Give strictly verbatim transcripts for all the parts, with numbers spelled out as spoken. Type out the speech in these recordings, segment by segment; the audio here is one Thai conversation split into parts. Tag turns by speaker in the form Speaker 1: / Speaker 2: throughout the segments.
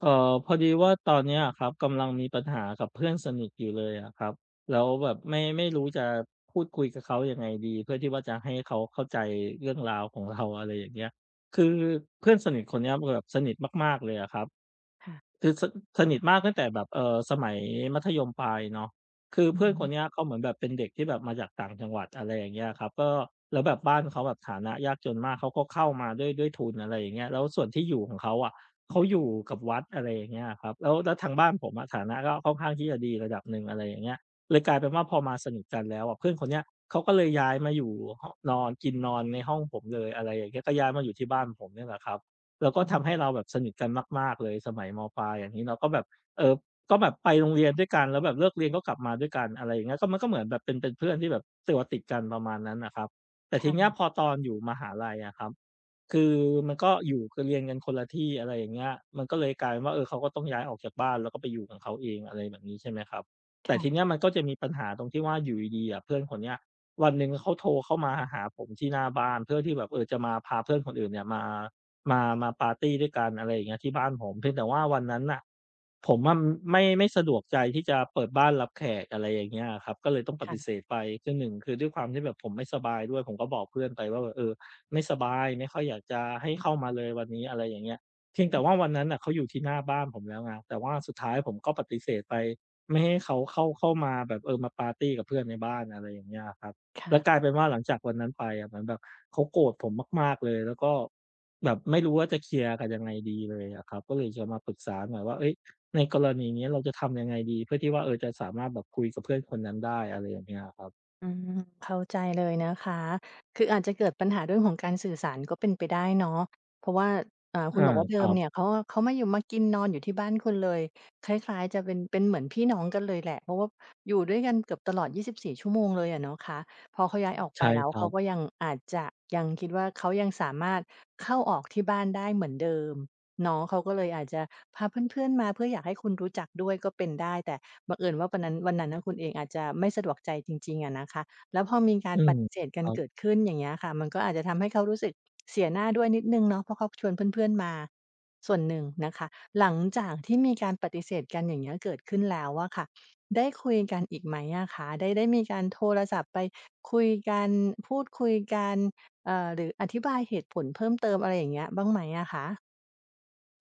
Speaker 1: เอ่อพอดีว่าตอนเนี้ยอะครับกำลังมีปัญหากับเพื่อนสนิทอยู่เลยอะครับแล้วแบบไม่ไม่รู้จะพูดคุยกับเขายังไงดีเพื่อที่ว่าจะให้เขาเข้าใจเรื่องราวของเราอะไรอย่างเงี้ยคือเพื่อนสนิทคนเนี้ยมันแบบสนิทมากๆเลยอะครับ
Speaker 2: ค่ะ
Speaker 1: คือสสนิทมากตั้งแต่แบบเอ่อสมัยมัธยมปลายเนาะคือ
Speaker 2: อือ
Speaker 1: เพื่อน
Speaker 2: ฮึ
Speaker 1: คนเนี้ยเขาเหมือนแบบเป็นเด็กที่แบบมาจากต่างจังหวัดอะไรอย่างเงี้ยครับก็แล้วแบบบ้านเขาแบบฐานะยากจนมากเขาก็เข้ามาด้วยด้วยทุนอะไรอย่างเงี้ยแล้วส่วนที่อยู่ของเขาอะเขาอยู่กับวัดอะไรอย่างเงี้ยครับแล้วแล้วทางบ้านผมอะฐานะก็ค่อนข้างที่จะดีระดับหนึ่งอะไรอย่างเงี้ยเลยกลายเป็นว่าพอมาสนิทกันแล้วอะเพื่อนคนเนี้ยเขาก็เลยย้ายมาอยู่หนอนกินนอนในห้องผมเลยอะไรอย่างเงี้ยก็ย้ายมาอยู่ที่บ้านผมเนี่ยแหละครับ แล้วก็
Speaker 2: อือฮ
Speaker 1: ทำให้
Speaker 2: ึ
Speaker 1: เราแบบสนิทกันมากๆเลยสมัยมปลายอย่างงี้เราก็แบบเอ่อก็แบบไปโรงเรียนด้วยกันแล้วแบบเลิกเรียนก็กลับมาด้วยกันอะไรอย่างเงี้ยก็มันก็เหมือนแบบเป็นเป็นเพื่อนที่แบบตัวติดกันประมาณนั้นน่ะครับแต่
Speaker 2: ค
Speaker 1: ทีเนี้ยพอ
Speaker 2: ่ะ
Speaker 1: ตอนอยู่มหาลัยอะครับคือมันก็อยู่คือเรียนกันคนละที่อะไรอย่างเงี้ยมันก็เลยกลายเป็นว่าเออเขาก็ต้องย้ายออกจากบ้านแล้วก็ไปอยู่ของเขาเองอะไรแบบนี้ใช่ไหมครับแต่ทีเนี้ย
Speaker 2: ค่ะ
Speaker 1: มันก็จะมีปัญหาตรงที่ว่าอยู่ดีๆอะเพื่อนคนเนี้ยวันหนึ่งเขาโทรเข้ามาหาผมที่หน้าบ้านเพื่อที่แบบเออจะมาพาเพื่อนคนอื่นเนี่ยมา มามาปาร์ตีด้วยกันอะไรอย่างเงี้ยที่บ้านผมเพียงแต่ว่าวันนั้นน่ะผมอะไม่ไม่สะดวกใจที่จะเปิดบ้านรับแขกอะไรอย่างเงี้ยอะครับก็เลยต้องปฏิเส
Speaker 2: ค่ะ
Speaker 1: ธไปคือหนึ่งคือด้วยความที่แบบผมไม่สบายด้วยผมก็บอกเพื่อนไปว่าแบบเออไม่สบายไม่ค่อยอยากจะให้เข้ามาเลยวันนี้อะไรอย่างเงี้ยเพียงแต่ว่าวันนั้นน่ะเขาอยู่ที่หน้าบ้านผมแล้วไงแต่ว่าสุดท้ายผมก็ปฏิเสธไปไม่ให้เขาเข้าเข้ามาแบบเออมาปาร์ตีกับเพื่อนในบ้านอะไรอย่างเงี้ยอะครับแล้วก
Speaker 2: ค่ะ
Speaker 1: ลายเป็นว่าหลังจากวันนั้นไปอะเหมือนแบบเขาโกรธผมมากๆเลยแล้วก็ แบบไม่รู้ว่าจะเคลียร์กันยังไงดีเลยอะครับก็เลยจะมาปรึกษาหน่อยว่าเอ้ยในกรณีนี้เราจะทำยังไงดีเพื่อที่ว่าเออจะสามารถแบบคุยกับเพื่อนคนนั้นได้อะไรอย่างเงี้ยอะครับ
Speaker 2: อืมเข้าใจเลยนะคะคืออาจจะเกิดปัญหาเรื่องของการสื่อสารก็เป็นไปได้เนาะเพราะว่าอ่าคุณ
Speaker 1: อา
Speaker 2: บอกว่า
Speaker 1: ค
Speaker 2: เดิ
Speaker 1: รั
Speaker 2: มเนี่ย
Speaker 1: บ
Speaker 2: เขาเขามาอยู่มากินนอนอยู่ที่บ้านคุณเลยคล้ายๆจะเป็นเป็นเหมือนพี่น้องกันเลยแหละเพราะว่าอยู่ด้วยกันเกือบตลอดยี่สิบสี่ชั่วโมงเลยอะเนาะคะพอเขาย้ายออกไป
Speaker 1: ใช่
Speaker 2: แล้ว
Speaker 1: ครั
Speaker 2: เขาก็
Speaker 1: บ
Speaker 2: ยังอาจจะยังคิดว่าเขายังสามารถเข้าออกที่บ้านได้เหมือนเดิม เนาะเขาก็เลยอาจจะพาเพื่อนๆมาเพื่ออยากให้คุณรู้จักด้วยก็เป็นได้แต่บังเอิญว่าวันนั้นวันนั้นน่ะคุณเองอาจจะไม่สะดวกใจจริงๆอะนะคะแล้วพอมีกา
Speaker 1: อื
Speaker 2: รป
Speaker 1: ม
Speaker 2: ฏิเสธ
Speaker 1: ค
Speaker 2: กัน
Speaker 1: รั
Speaker 2: เกิด
Speaker 1: บ
Speaker 2: ขึ้นอย่างเงี้ยค่ะมันก็อาจจะทำให้เขารู้สึกเสียหน้าด้วยนิดหนึ่งเนาะเพราะเขาชวนเพื่อนๆมาส่วนหนึ่งนะคะหลังจากที่มีการปฏิเสธกันอย่างเงี้ยเกิดขึ้นแล้วอะค่ะได้คุยกันอีกไหมอะคะได้ได้มีการโทรศัพท์ไปคุยกันพูดคุยกันเอ่อหรืออธิบายเหตุผลเพิ่มเติมอะไรอย่างเงี้ยบ้างไหมอะคะ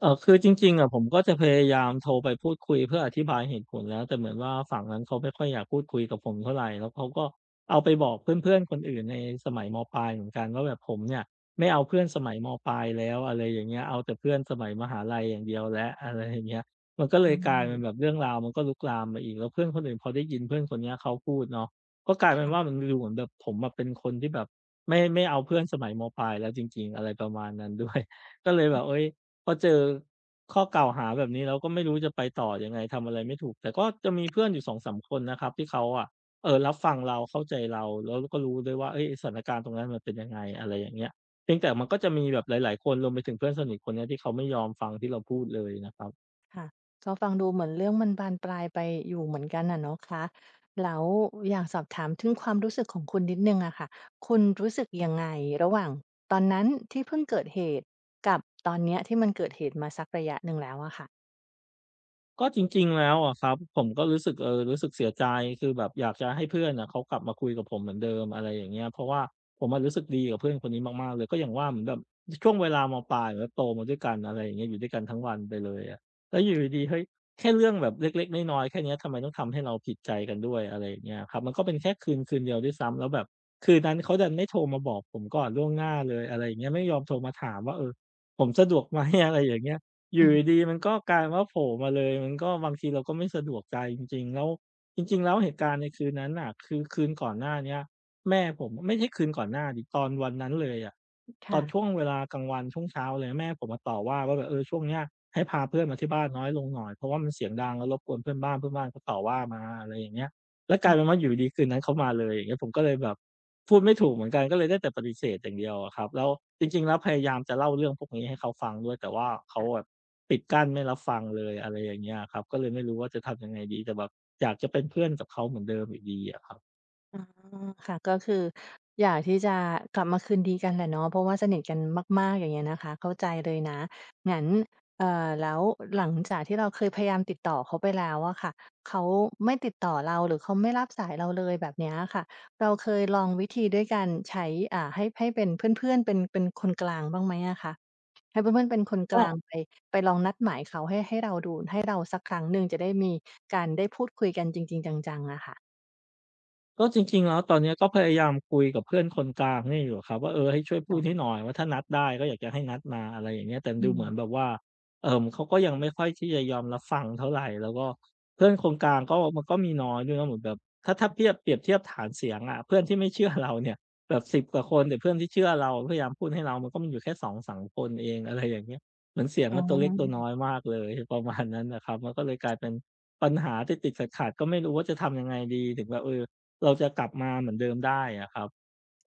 Speaker 1: เอ่อคือจริงๆอะผมก็จะพยายามโทรไปพูดคุยเพื่ออธิบายเหตุผลแล้วแต่เหมือนว่าฝั่งนั้นเขาไม่ค่อยอยากพูดคุยกับผมเท่าไรแล้วเขาก็เอาไปบอกเพื่อนๆคนอื่นในสมัยมปลายเหมือนกันว่าแบบผมเนี่ยไม่เอาเพื่อนสมัยมปลายแล้วอะไรอย่างเงี้ยเอาแต่เพื่อนสมัยมหาลัยอย่างเดียวแล้วอะไรอย่างเงี้ยมันก็เลย
Speaker 2: อื
Speaker 1: กลายเป็นแบบ
Speaker 2: ม
Speaker 1: เรื่องราวมันก็ลุกลามมาอีกแล้วเพื่อนคนอื่นพอได้ยินเพื่อนคนเนี้ยเขาพูดเนาะก็กลายเป็นว่ามันดูเหมือนแบบผมอะเป็นคนที่แบบไม่ไม่เอาเพื่อนสมัยมปลายแล้วจริงๆอะไรประมาณนั้นด้วย ก็เลยแบบเฮ้ย พอเจอข้อกล่าวหาแบบนี้แล้วก็ไม่รู้จะไปต่อยังไงทำอะไรไม่ถูกแต่ก็จะมีเพื่อนอยู่สองถึงสามคนนะครับที่เขาอะเอ่อรับฟังเราเข้าใจเราแล้วก็รู้ด้วยว่าเฮ้ยสถานการณ์ตรงนั้นมันเป็นยังไงอะไรอย่างเงี้ยเพียงแต่มันก็จะมีแบบหลายๆคนรวมไปถึงเพื่อนสนิทคนเนี้ยที่เขาไม่ยอมฟังที่เราพูดเลยนะครับ
Speaker 2: ค่ะก็ฟังดูเหมือนเรื่องมันบานปลายไปอยู่เหมือนกันน่ะเนาะคะแล้วอยากสอบถามถึงความรู้สึกของคุณนิดหนึ่งอะค่ะคุณรู้สึกยังไงระหว่างตอนนั้นที่เพิ่งเกิดเหตุกับตอนเนี้ยที่มันเกิดเหตุมาสักระยะหนึ่งแล้วอะค่ะ
Speaker 1: ก็จริงๆแล้วอะครับผมก็รู้สึกเออรู้สึกเสียใจคือแบบอยากจะให้เพื่อนน่ะเขากลับมาคุยกับผมเหมือนเดิมอะไรอย่างเงี้ยเพราะว่าผมอะรู้สึกดีกับเพื่อนคนนี้มากๆเลยก็อย่างว่าเหมือนแบบช่วงเวลามปลายเหมือนแบบโตมาด้วยกันอะไรอย่างเงี้ยอยู่ด้วยกันทั้งวันไปเลยอะแล้วอยู่ดีๆเฮ้ยแค่เรื่องแบบเล็กๆน้อยๆแค่เนี้ยทำไมต้องทำให้เราผิดใจกันด้วยอะไรอย่างเงี้ยครับมันก็เป็นแค่คืนคืนเดียวด้วยซ้ำแล้วแบบคืนนั้นเขาดันไม่โทรมาบอกผมก่อนล่วงหน้าเลยอะไรอย่างเงี้ยไม่ยอมโทรมาถามว่าเออผมสะดวกไหม อะไรอย่างเงี้ย อยู่
Speaker 2: อือฮึ
Speaker 1: ดีๆมันก็กลายว่าโผล่มาเลยมันก็บางทีเราก็ไม่สะดวกใจจริงๆแล้วจริงๆแล้วเหตุการณ์ในคืนนั้นน่ะคือคืนก่อนหน้าเนี้ยแม่ผมไม่ใช่คืนก่อนหน้าดิตอนวันนั้นเลยอะตอ
Speaker 2: ค่ะ
Speaker 1: นช่วงเวลากลางวันช่วงเช้าเลยแม่ผมมาต่อว่าว่าแบบเออช่วงเนี้ยให้พาเพื่อนมาที่บ้านน้อยลงหน่อยเพราะว่ามันเสียงดังแล้วรบกวนเพื่อนบ้านเพื่อนบ้านเขาต่อว่ามาอะไรอย่างเงี้ยแล้วก
Speaker 2: อื
Speaker 1: ลายเป็น
Speaker 2: ม
Speaker 1: ว่าอยู่ดีๆคืนนั้นเขามาเลยอย่างเงี้ยผมก็เลยแบบพูดไม่ถูกเหมือนกันก็เลยได้แต่ปฏิเสธอย่างเดียวอะครับแล้วจริงๆแล้วพยายามจะเล่าเรื่องพวกนี้ให้เขาฟังด้วยแต่ว่าเขาแบบ
Speaker 2: ค่ะ
Speaker 1: ปิดกั้นไม่รับฟังเลยอะไรอย่างเงี้ยครับก็เลยไม่รู้ว่าจะทำยังไงดีแต่แบบอยากจะเป็นเพื่อนกับเขาเหมือนเดิมอยู่ดีอะครับ
Speaker 2: อ๋อค่ะก็คืออยากที่จะกลับมาคืนดีกันแหละเนาะเพราะว่าสนิทกันมากๆอย่างเงี้ยนะคะเข้าใจเลยนะงั้นเอ่อแล้วหลังจากที่เราเคยพยายามติดต่อเขาไปแล้วอะค่ะเขาไม่ติดต่อเราหรือเขาไม่รับสายเราเลยแบบเนี้ยอะค่ะเราเคยลองวิธีด้วยการใช้อ่าให้ให้เป็นเพื่อนๆเป็นเป็นคนกลางบ้างไหมอะคะให้เพื่อนๆเป็นคนกลางไปไปลองนัดหมายเขาให้ให้เราดูให้เราสักครั้งหนึ่งจะได้มีการได้พูดคุยกันจริงๆจังๆอะค่ะ
Speaker 1: ก็จริงๆแล้วตอนเนี้ยก็พยายามคุยกับเพื่อนคนกลางนี่อยู่ครับว่าเออให้ช่วยพูดให้
Speaker 2: ค่ะ
Speaker 1: หน่อยว่าถ้านัดได้ก็อยากจะให้นัดมาอะไรอย่างเงี้ยแต่
Speaker 2: อื
Speaker 1: ดูเห
Speaker 2: ม
Speaker 1: มือนแบบว่าเอ่อเขาก็ยังไม่ค่อยที่จะยอมรับฟังเท่าไรแล้วก็เพื่อนคนกลางก็มันก็มีน้อยด้วยนะเหมือนแบบถ้าถ้าเทียบเปรียบเทียบฐานเสียงอะเพื่อนที่ไม่เชื่อเราเนี่ยแบบสิบกว่าคนแต่เพื่อนที่เชื่อเราพยายามพูดให้เรามันก็มีอยู่แค่สองสามคนเองอะไรอย่างเงี้ยเหมือนเสียง
Speaker 2: อ๋
Speaker 1: มั
Speaker 2: อ
Speaker 1: นตัวเล็กตัวน้อยมากเลยประมาณนั้นน่ะครับมันก็เลยกลายเป็นปัญหาติดๆขัดๆก็ไม่รู้ว่าจะทำยังไงดีถึงแบบเออ เราจะกลับมาเหมือนเดิมได้อะครับ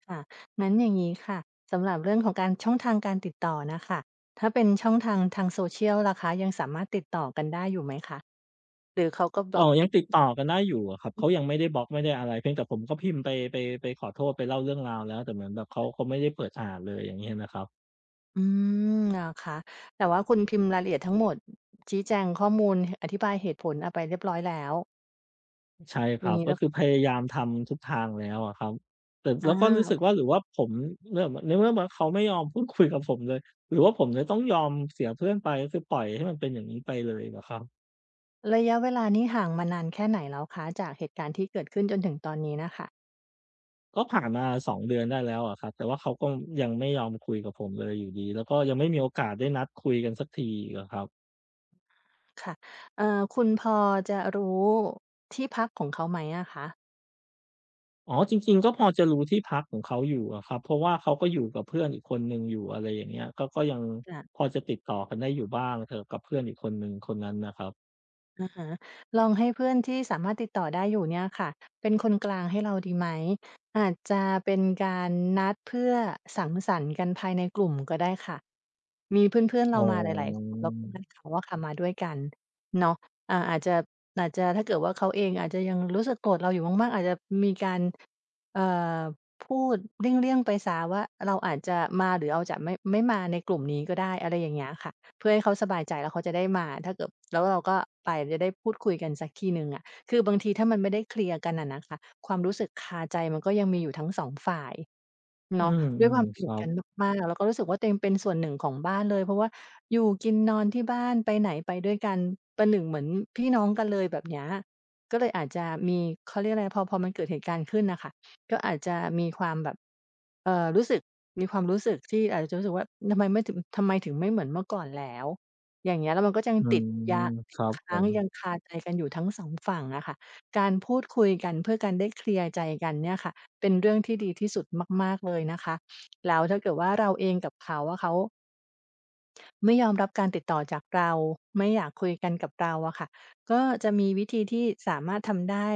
Speaker 2: ค่ะงั้นอย่างนี้ค่ะสำหรับเรื่องของการช่องทางการติดต่อน่ะค่ะถ้าเป็นช่องทางทาง social ล่ะคะยังสามารถติดต่อกันได้อยู่ไหมคะหรือเขาก็บล็
Speaker 1: เอ่
Speaker 2: อก
Speaker 1: อยั
Speaker 2: ปิ
Speaker 1: ง
Speaker 2: ด
Speaker 1: ติดต่อกันได้อยู่อะครับเขายังไม่ได้บล็อกไม่ได้อะไรเพียงแต่ผมก็พิมพ์ไปไปไปขอโทษไปเล่าเรื่องราวแล้วแต่เหมือนแบบเขาเขาไม่ได้เปิดอ่านเลยอย่างเงี้ยนะครับ
Speaker 2: อืมเหรอคะแต่ว่าคุณพิมพ์รายละเอียดทั้งหมดชี้แจงข้อมูลอธิบายเหตุผลอะไปเรียบร้อยแล้ว
Speaker 1: ใช่ค
Speaker 2: อ
Speaker 1: รั
Speaker 2: ย่าง
Speaker 1: บ
Speaker 2: งี้
Speaker 1: ก็
Speaker 2: แล้ว
Speaker 1: คือพยายามทำทุกทางแล้วอะครับแต่
Speaker 2: อ
Speaker 1: แล้วก็รู้สึก
Speaker 2: า
Speaker 1: ว่าหรือว่าผมเนื่องในเมื่อว่าเขาไม่ยอมพูดคุยกับผมเลยหรือว่าผมจะต้องยอมเสียเพื่อนไปก็คือปล่อยให้มันเป็นอย่างนี้ไปเลยเหรอครับ
Speaker 2: ระยะเวลานี้ห่างมานานแค่ไหนแล้วคะจากเหตุการณ์ที่เกิดขึ้นจนถึงตอนนี้น่ะค่ะ
Speaker 1: ก็ผ่านมาสองเดือนได้แล้วอะครับแต่ว่าเขาก็ยังไม่ยอมคุยกับผมเลยอยู่ดีแล้วก็ยังไม่มีโอกาสได้นัดคุยกันสักทีอีกอะครับ
Speaker 2: ค่ะเอ่อคุณพอจะรู้ที่พักของเขาไหมอะคะ
Speaker 1: อ๋อจริงๆก็พอจะรู้ที่พักของเขาอยู่อะครับเพราะว่าเขาก็อยู่กับเพื่อนอีกคนหนึ่งอยู่อะไรอย่างเงี้ยก็ก็ยังพ
Speaker 2: ค่ะ
Speaker 1: อจะติดต่อกันได้อยู่บ้างเถอะกับเพื่อนอีกคนหนึ่งคนนั้นนะครับ
Speaker 2: อะฮะลองให้เพื่อนที่สามารถติดต่อได้อยู่เนี่ยค่ะเป็นคนกลางให้เราดีไหมอาจจะเป็นการนัดเพื่อสังสรรค์กันภายในกลุ่มก็ได้ค่ะมีเพื่อนๆ
Speaker 1: อ๋
Speaker 2: เรามาหลายๆค
Speaker 1: อ
Speaker 2: นแล้วก็นัดเขาว่าค่ะมาด้วยกันเนาะอ่าอาจจะอาจจะถ้าเกิดว่าเขาเองอาจจะยังรู้สึกโกรธเราอยู่มากๆอาจจะมีการเอ่อพูดเลี่ยงๆไปสว่าเราอาจจะมาหรือเราจะไม่ไม่มาในกลุ่มนี้ก็ได้อะไรอย่างเงี้ยค่ะ เพื่อให้เขาสบายใจแล้วเขาจะได้มาถ้าเกิดแล้วเราก็ไปจะได้พูดคุยกันสักทีหนึ่งอะคือบางทีถ้ามันไม่ได้เคลียร์กันอะนะคะความรู้สึกคาใจมันก็ยังมีอยู่ทั้งสองฝ่าย
Speaker 1: อื
Speaker 2: เนาะด้วยค
Speaker 1: ม
Speaker 2: วามส
Speaker 1: ๆค
Speaker 2: นิท
Speaker 1: รั
Speaker 2: กัน
Speaker 1: บ
Speaker 2: มากๆแล้วก็รู้สึกว่าตัวเองเป็นส่วนหนึ่งของบ้านเลยเพราะว่าอยู่กินนอนที่บ้านไปไหนไปด้วยกันประหนึ่งเหมือนพี่น้องกันเลยแบบเนี้ยก็เลยอาจจะมีเขาเรียกอะไรพอพอมันเกิดเหตุการณ์ขึ้นน่ะค่ะ ก็อาจจะมีความแบบเอ่อรู้สึกมีความรู้สึกที่อาจจะรู้สึกว่าทำไมไม่ถึงทำไมถึงไม่เหมือนเมื่อก่อนแล้วอย่างเงี้ยแล้วมันก็ยัง
Speaker 1: อื
Speaker 2: ติดยา
Speaker 1: มค
Speaker 2: ติด
Speaker 1: รับผ
Speaker 2: ค้าง
Speaker 1: ม
Speaker 2: ยังคาใจกันอยู่ทั้งสองฝั่งอะค่ะการพูดคุยกันเพื่อการได้เคลียร์ใจกันเนี่ยค่ะเป็นเรื่องที่ดีที่สุดมากๆเลยนะคะแล้วถ้าเกิดว่าเราเองกับเขาอะเขา ไม่ยอมรับการติดต่อจากเราไม่อยากคุยกันกับเราอะค่ะก็จะมีวิธีที่สามารถทำได้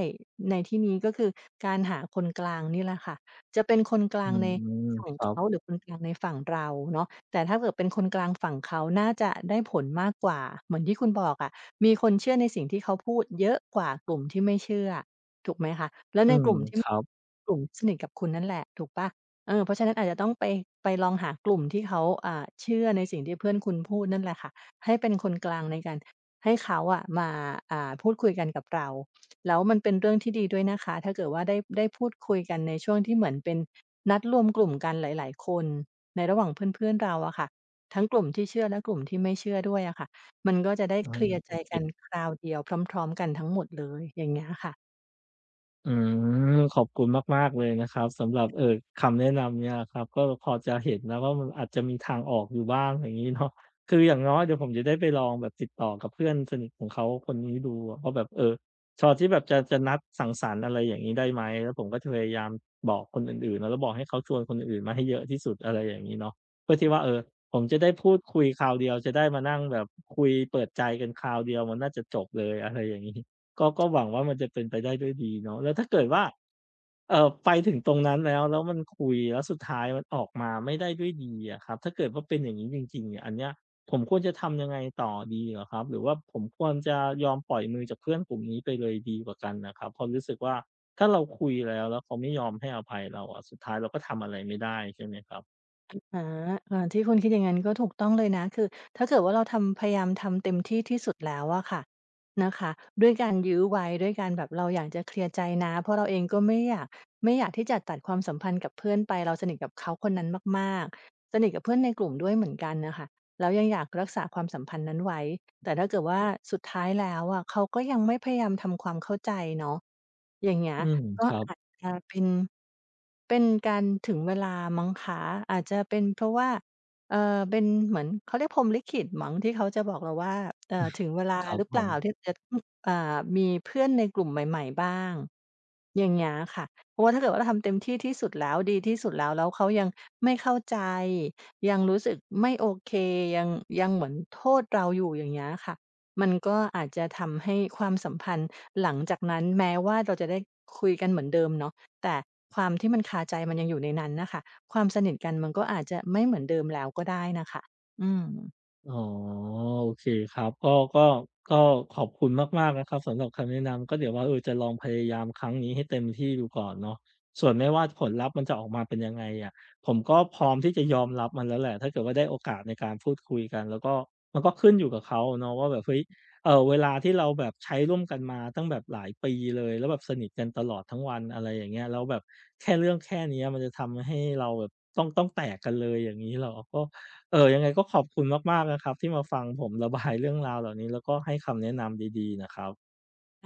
Speaker 2: ในที่นี้ก็คือการหาคนกลางนี่แหละค่ะจะเป็นคนก
Speaker 1: อื
Speaker 2: ลางใน
Speaker 1: ม
Speaker 2: ฝั่
Speaker 1: ค
Speaker 2: ง
Speaker 1: รั
Speaker 2: เขาห
Speaker 1: บ
Speaker 2: รือคนกลางในฝั่งเราเนาะแต่ถ้าเกิดเป็นคนกลางฝั่งเขาน่าจะได้ผลมากกว่าเหมือนที่คุณบอกอะมีคนเชื่อในสิ่งที่เขาพูดเยอะกว่ากลุ่มที่ไม่เชื่อถูกไหมคะแล้ว
Speaker 1: อื
Speaker 2: ในก
Speaker 1: ม
Speaker 2: ลุ่มที่
Speaker 1: ครับ
Speaker 2: กลุ่มที่สนิทกับคุณนั่นแหละถูกเปล่า เออเพราะฉะนั้นอาจจะต้องไปไปลองหากลุ่มที่เขาอ่าเชื่อในสิ่งที่เพื่อนคุณพูดนั่นแหละค่ะให้เป็นคนกลางในการให้เขาอะมาอ่าพูดคุยกันกับเราแล้วมันเป็นเรื่องที่ดีด้วยนะคะถ้าเกิดว่าได้ได้พูดคุยกันในช่วงที่เหมือนเป็นนัดรวมกลุ่มกันหลายๆคนในระหว่างเพื่อนๆเราอะค่ะทั้งกลุ่มที่เชื่อและกลุ่มที่ไม่เชื่อด้วยอะค่ะมันก็จะได้
Speaker 1: อื
Speaker 2: เค
Speaker 1: ม
Speaker 2: ลียร์
Speaker 1: โอ
Speaker 2: ใจ
Speaker 1: เค
Speaker 2: กันคราวเดียวพร้อมๆกันทั้งหมดเลยอย่างเงี้ยค่ะ
Speaker 1: อืมขอบคุณมากๆเลยนะครับสำหรับเอ่อคำแนะนำเนี่ยครับก็พอจะเห็นแล้วว่ามันอาจจะมีทางออกอยู่บ้างอย่างงี้เนาะคืออย่างน้อยเดี๋ยวผมจะได้ไปลองแบบติดต่อกับเพื่อนสนิทของเขาคนนี้ดูอะว่าแบบเอ่อพอที่แบบจะจะนัดสังสรรค์อะไรอย่างงี้ได้ไหมแล้วผมก็จะพยายามบอกคนอื่นๆแล้วบอกให้เขาชวนคนอื่นๆมาให้เยอะที่สุดอะไรอย่างงี้เนาะเพื่อที่ว่าเอ่อผมจะได้พูดคุยคราวเดียวจะได้มานั่งแบบคุยเปิดใจกันคราวเดียวมันน่าจะจบเลยอะไรอย่างงี้ ก็ก็หวังว่ามันจะเป็นไปได้ด้วยดีเนาะแล้วถ้าเกิดว่าเอ่อไปถึงตรงนั้นแล้วแล้วมันคุยแล้วสุดท้ายมันออกมาไม่ได้ด้วยดีอะครับถ้าเกิดว่าเป็นอย่างงี้จริงๆเนี่ยอันเนี้ยผมควรจะทำยังไงต่อดีเหรอครับหรือว่าผมควรจะยอมปล่อยมือจากเพื่อนกลุ่มนี้ไปเลยดีกว่ากันน่ะครับเพราะรู้สึกว่าถ้าเราคุยแล้วแล้วเขาไม่ยอมให้อภัยเราอะสุดท้ายเราก็ทำอะไรไม่ได้ใช่ไหมครับ
Speaker 2: อาการที่คุณคิดอย่างงั้นก็ถูกต้องเลยนะคือถ้าเกิดว่าเราทำพยายามทำเต็มที่ที่สุดแล้วอะค่ะนะคะด้วยการยื้อไว้ ด้วยการแบบเราอยากจะเคลียร์ใจนะเพราะเราเองก็ไม่อยากไม่อยากที่จะตัดความสัมพันธ์กับเพื่อนไป เราสนิทกับเขาคนนั้นมากๆสนิทกับเพื่อนในกลุ่มด้วยเหมือนกันน่ะค่ะแล้วยังอยากรักษาความสัมพันธ์นั้นไว้แต่ถ้าเกิดว่าสุดท้ายแล้วอะเขาก็ยังไม่พยายามทำความเข้าใจเนาะอย่างเงี้ย
Speaker 1: อืม
Speaker 2: ก็
Speaker 1: ครับ
Speaker 2: อาจ อาเป็นเป็นการถึงเวลามั้งคะอาจจะเป็นเพราะว่าเอ่อเป็นเหมือนเขาเรียกพรหมลิขิตมั้งที่เขาจะบอกเราว่าเอ่อถึงเวลา
Speaker 1: ครับ
Speaker 2: หรือ
Speaker 1: ผ
Speaker 2: เปล่าที่
Speaker 1: ม
Speaker 2: จะอออ่ามีเพื่อนในกลุ่มใหม่ๆบ้างอย่างเงี้ยค่ะเพราะว่าถ้าเกิดว่าเราทำเต็มที่ที่สุดแล้วดีที่สุดแล้วแล้วเขายังไม่เข้าใจยังรู้สึกไม่โอเคยังยังเหมือนโทษเราอยู่อย่างเงี้ยค่ะมันก็อาจจะทำให้ความสัมพันธ์ หลังจากนั้นแม้ว่าเราจะได้คุยกันเหมือนเดิมเนาะแต่ความที่มันคาใจมันยังอยู่ในนั้นน่ะค่ะความสนิทกันมันก็อาจจะไม่เหมือนเดิมแล้วก็ได้น่ะค่ะอืม
Speaker 1: อ๋อโอเคครับก็ก็ก็ขอบคุณมากๆนะครับสำหรับคำแนะนำก็เดี๋ยวว่าเออจะลองพยายามครั้งนี้ให้เต็มที่ดูก่อนเนาะส่วนไม่ว่าผลลัพธ์มันจะออกมาเป็นยังไงอะผมก็พร้อมที่จะยอมรับมันแล้วแหละถ้าเกิดว่าได้โอกาสในการพูดคุยกันแล้วก็มันก็ขึ้นอยู่กับเขาอะเนาะว่าแบบเฮ้ยเอ่อเวลาที่เราแบบใช้ร่วมกันมาตั้งแบบหลายปีเลยแล้วแบบสนิทกันตลอดทั้งวันอะไรอย่างเงี้ยแล้วแบบแค่เรื่องแค่เนี้ยมันจะทำให้เราแบบต้องต้องแตกกันเลยอย่างงี้เหรอก็ เอ่อยังไงก็ขอบคุณมากๆนะครับที่มาฟัง ผมระบายเรื่องราวเหล่านี้แล้วก็ให้คำแนะนำดีๆนะครับ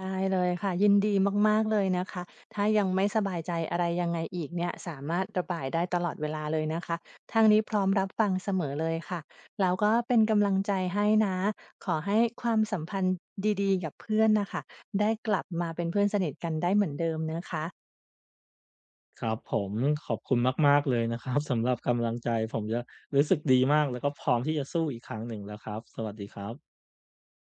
Speaker 2: ได้เลยค่ะยินดีมากๆเลยนะคะถ้ายังไม่สบายใจอะไรยังไงอีกเนี่ยสามารถระบายได้ตลอดเวลาเลยนะคะทางนี้พร้อมรับฟังเสมอเลยค่ะแล้วก็เป็นกำลังใจให้นะขอให้ความสัมพันธ์ดีๆกับเพื่อนน่ะค่ะได้กลับมาเป็นเพื่อนสนิทกันได้เหมือนเดิมนะคะ
Speaker 1: ครับผมขอบคุณมากๆเลยนะครับ สำหรับกำลังใจผมจะรู้สึกดีมากแล้วก็พร้อมที่จะสู้อีกครั้งหนึ่งแล้วครับสวัสดีครับ